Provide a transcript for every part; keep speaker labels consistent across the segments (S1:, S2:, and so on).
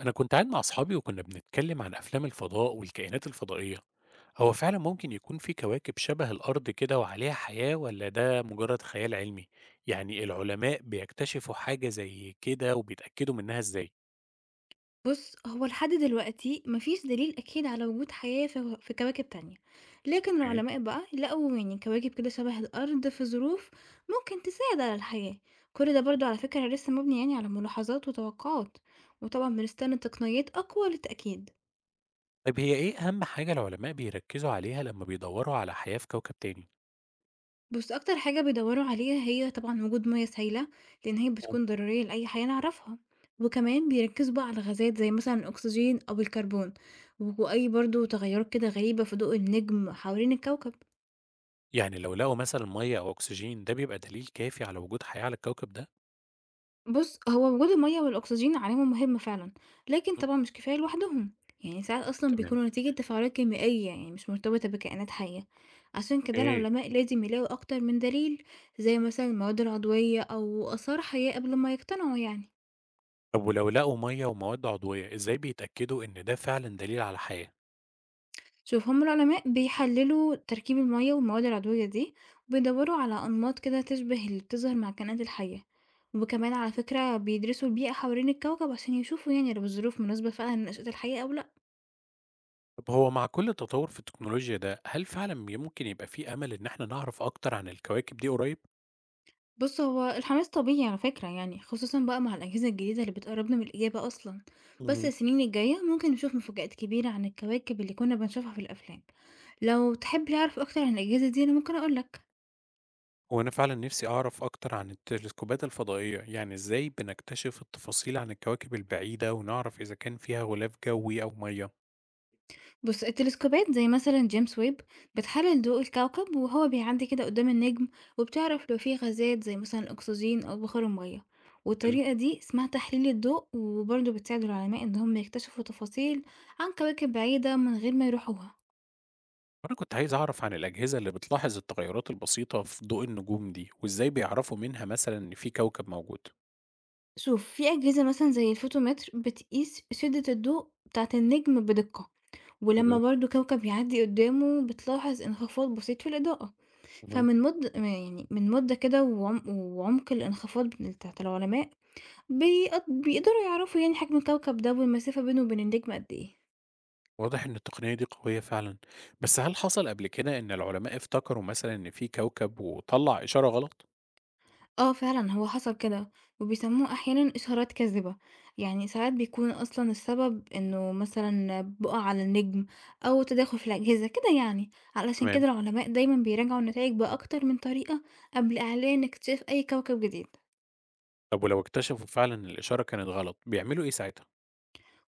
S1: أنا كنت قاعد مع أصحابي وكنا بنتكلم عن أفلام الفضاء والكائنات الفضائية، هو فعلا ممكن يكون في كواكب شبه الأرض كده وعليها حياة ولا ده مجرد خيال علمي؟ يعني العلماء بيكتشفوا حاجة زي كده وبيتأكدوا منها إزاي؟
S2: بُص، هو لحد دلوقتي ما فيش دليل أكيد على وجود حياة في كواكب تانية، لكن العلماء بقى لقوا يعني كواكب كده شبه الأرض في ظروف ممكن تساعد على الحياة، كل ده
S1: اوكي.
S2: برضه على فكرة لسه مبني يعني على ملاحظات وتوقعات، وطبعًا بنستنى تقنيات أقوى للتأكيد.
S1: طيب هي إيه أهم حاجة العلماء بيركزوا عليها لما بيدوروا على حياة في كوكب تاني؟
S2: بُص، أكتر حاجة بيدوروا عليها هي طبعًا وجود مَيَّة سائلة، لإن هي
S1: مم.
S2: بتكون ضرورية لأي حياة نعرفها، وكمان بيركزوا بقى على غازات زي مثلًا الأكسجين أو الكربون، وأي برضه تغيرات كده غريبة في ضوء النجم حوالين الكوكب.
S1: يعني لو لقوا مثلا مية أو أكسجين ده بيبقى دليل كافي على وجود حياة على الكوكب ده؟
S2: بُص، هو وجود المَيّة والأكسجين عليهم مهم فعلًا، لكن
S1: مم.
S2: طبعًا مش كفاية لوحدهم، يعني ساعات أصلًا
S1: تمام.
S2: بيكونوا نتيجة تفاعلات كيميائية يعني مش مرتبطة بكائنات حية، عشان كده
S1: اوكي.
S2: العلماء لازم يلاقوا أكتر من دليل، زي مثلًا المواد العضوية أو آثار حية قبل ما يقتنعوا يعني.
S1: طب ولو لقوا مية ومواد عضوية إزاي بيتأكدوا إن ده فعلا دليل على حياة؟
S2: شوف هم العلماء بيحللوا تركيب المَيّة والمواد العضوية دي، وبيدوروا على أنماط كده تشبه اللي بتظهر مع الكائنات الحية، وكمان على فكرة بيدرسوا البيئة حوالين الكوكب عشان يشوفوا يعني لو الظروف مناسبة فعلًا لنشأة الحياة أو لأ.
S1: طب هو مع كل التطور في التكنولوجيا ده هل فعلا ممكن يبقى في أمل إن احنا نعرف أكتر عن الكواكب دي قريب؟
S2: بُص، هو الحماس طبيعي على فكرة يعني، خصوصًا بقى مع الأجهزة الجديدة اللي بتقرّبنا من الإجابة أصلًا، بس
S1: مهم.
S2: السنين الجاية ممكن نشوف مفاجآت كبيرة عن الكواكب اللي كنا بنشوفها في الأفلام. لو تحب تعرف أكتر عن الأجهزة دي أنا ممكن أقول لك.
S1: وأنا فعلا نفسي أعرف أكتر عن التلسكوبات الفضائية يعني إزاي بنكتشف التفاصيل عن الكواكب البعيدة ونعرف إذا كان فيها غلاف جوي أو مية.
S2: بُص، التلسكوبات زي مثلًا جيمس ويب بتحلل ضوء الكوكب وهو بيعدي كده قدام النجم، وبتعرف لو فيه غازات زي مثلًا أكسجين أو بخار المَيّة،
S1: حلو.
S2: والطريقة دي اسمها تحليل الضوء، وبرضه بتساعد العلماء إن هم يكتشفوا تفاصيل عن كواكب بعيدة من غير ما يروحوها.
S1: أنا كنت عايز أعرف عن الأجهزة اللي بتلاحظ التغيرات البسيطة في ضوء النجوم دي وإزاي بيعرفوا منها مثلا إن في كوكب موجود.
S2: شوف في أجهزة مثلا زي الفوتومتر بتقيس شدة الضوء بتاعة النجم بدقة
S1: حلو
S2: ولما
S1: أوي.
S2: برضو كوكب يعدي قدامه بتلاحظ انخفاض بسيط في الإضاءة
S1: مهم.
S2: فمن مدة يعني من مدة كده وعم... وعمق الانخفاض بتاعة العلماء بيقدروا يعرفوا يعني حجم الكوكب ده والمسافة بينه وبين النجم قد ايه.
S1: واضح إن التقنية دي قوية فعلا، بس هل حصل قبل كده إن العلماء افتكروا مثلا إن في كوكب وطلع إشارة غلط؟
S2: آه فعلًا هو حصل كده، وبيسموه أحيانًا إشارات كاذبة، يعني ساعات بيكون أصلًا السبب إنه مثلًا بُقع على النجم أو تداخل في الأجهزة كده يعني، علشان كده
S1: تمام.
S2: العلماء دايمًا بيراجعوا النتايج بأكتر من طريقة قبل إعلان اكتشاف أي كوكب جديد.
S1: طب ولو اكتشفوا فعلا إن الإشارة كانت غلط بيعملوا إيه ساعتها؟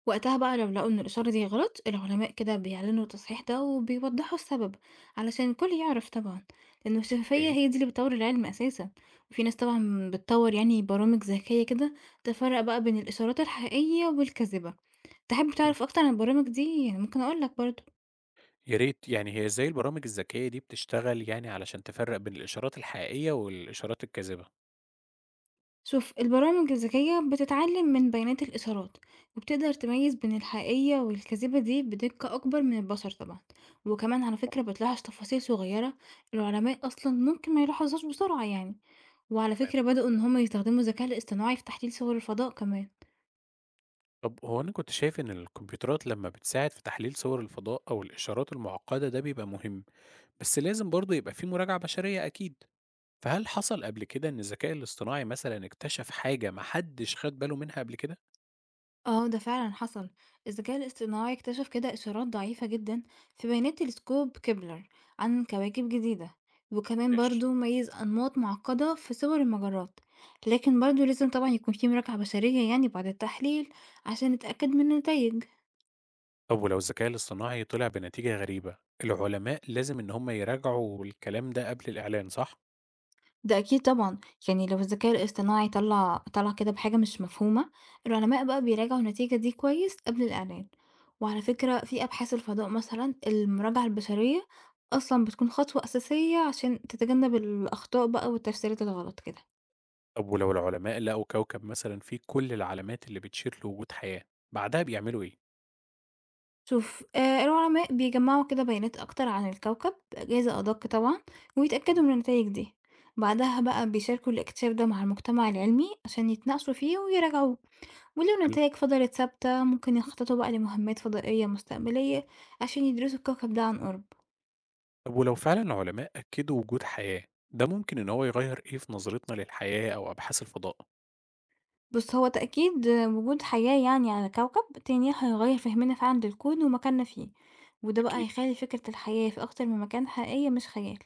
S2: وقتها بقى لو لقوا إن الإشارة دي غلط العلماء كده بيعلنوا التصحيح ده وبيوضحوا السبب علشان الكل يعرف طبعا، لأن الشفافية
S1: إيه؟
S2: هي دي اللي بتطور العلم أساسا. وفي ناس طبعا بتطور يعني برامج ذكية كده تفرق بقى بين الإشارات الحقيقية والكاذبة. تحب
S1: مم.
S2: تعرف أكتر عن البرامج دي يعني ممكن أقولك برضه.
S1: يا ريت، يعني هي إزاي البرامج الذكية دي بتشتغل يعني علشان تفرق بين الإشارات الحقيقية والإشارات الكاذبة؟
S2: شوف البرامج الذكية بتتعلم من بيانات الإشارات وبتقدر تميز بين الحقيقية والكذبة دي بدقة أكبر من البشر طبعا، وكمان على فكرة بتلاحظ تفاصيل صغيرة العلماء أصلا ممكن ما يلاحظهاش بسرعة يعني، وعلى
S1: تمام.
S2: فكرة بدأوا إن هما يستخدموا الذكاء الاصطناعي في تحليل صور الفضاء كمان.
S1: طب هو أنا كنت شايف إن الكمبيوترات لما بتساعد في تحليل صور الفضاء أو الإشارات المعقدة ده بيبقى مهم، بس لازم برضه يبقى في مراجعة بشرية أكيد. فهل حصل قبل كده إن الذكاء الاصطناعي مثلًا اكتشف حاجة ما حدش خَد باله منها قبل كده؟
S2: آه، ده فعلًا حصل. الذكاء الاصطناعي اكتشف كده إشارات ضعيفة جدًا في بيانات تلسكوب كيبلر عن كواكب جديدة، وكمان
S1: ماشي.
S2: برضه ميّز أنماط معقدة في صور المجرات، لكن برضه لازم طبعًا يكون في مراجعة بشرية يعني بعد التحليل عشان نتأكد من النتايج.
S1: طب ولو الذكاء الاصطناعي طلع بنتيجة غريبة، العلماء لازم إن هم يراجعوا الكلام ده قبل الإعلان صح؟
S2: ده أكيد طبعًا، يعني لو الذكاء الاصطناعي طلع كده بحاجة مش مفهومة، العلماء بقى بيراجعوا النتيجة دي كويس قبل الإعلان، وعلى فكرة في أبحاث الفضاء مثلًا المراجعة البشرية أصلًا بتكون خطوة أساسية عشان تتجنب الأخطاء بقى والتفسيرات الغلط كده.
S1: طب ولو العلماء لقوا كوكب مثلًا فيه كل العلامات اللي بتشير لوجود حياة، بعدها بيعملوا إيه؟
S2: شوف العلماء بيجمّعوا كده بيانات أكتر عن الكوكب بأجهزة أدق طبعًا،
S1: إمم.
S2: ويتأكدوا من النتايج دي، بعدها بقى بيشاركوا الاكتشاف ده مع المجتمع العلمي عشان يتناقشوا فيه ويراجعوه. ولو
S1: حلو.
S2: النتايج فضلت ثابتة ممكن يخططوا بقى لمهمات فضائية مستقبلية عشان يدرسوا الكوكب ده عن قرب.
S1: طب ولو فعلًا العلماء أكدوا وجود حياة، ده ممكن إن هو يغيّر إيه في نظرتنا للحياة أو أبحاث الفضاء؟
S2: بس هو تأكيد وجود حياة يعني على كوكب تاني هيغير فهمنا فعلا للكون ومكاننا فيه، وده بقى
S1: أكيد.
S2: هيخلي فكرة الحياة في أكتر من مكان حقيقية مش خيال.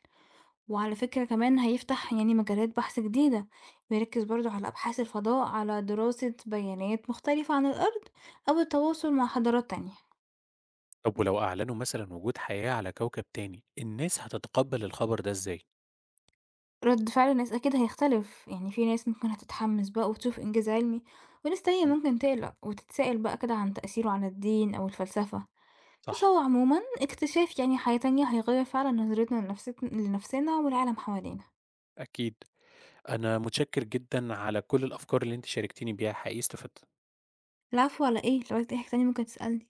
S2: وعلى فكرة كمان هيفتح يعني مجالات بحث جديدة بيركز برضو على أبحاث الفضاء على دراسة بيانات مختلفة عن الأرض أو التواصل مع حضارات تانية.
S1: طب ولو أعلنوا مثلًا وجود حياة على كوكب تاني، الناس هتتقبل الخبر ده إزاي؟
S2: رد فعل الناس أكيد هيختلف، يعني في ناس ممكن هتتحمس بقى وتشوف إنجاز علمي، وناس تانية
S1: إمم،
S2: ممكن تقلق وتتسائل بقى كده عن تأثيره على الدين أو الفلسفة، بس
S1: صح،
S2: هو عموما اكتشاف يعني حياة تانية هيغير فعلا نظرتنا لنفسنا والعالم حوالينا.
S1: أكيد. أنا متشكر جدًا على كل الأفكار اللي أنتِ شاركتيني بيها، حقيقي استفدت.
S2: العفو على ايه؟ لو عايز أي حاجة تانية ممكن تسألني.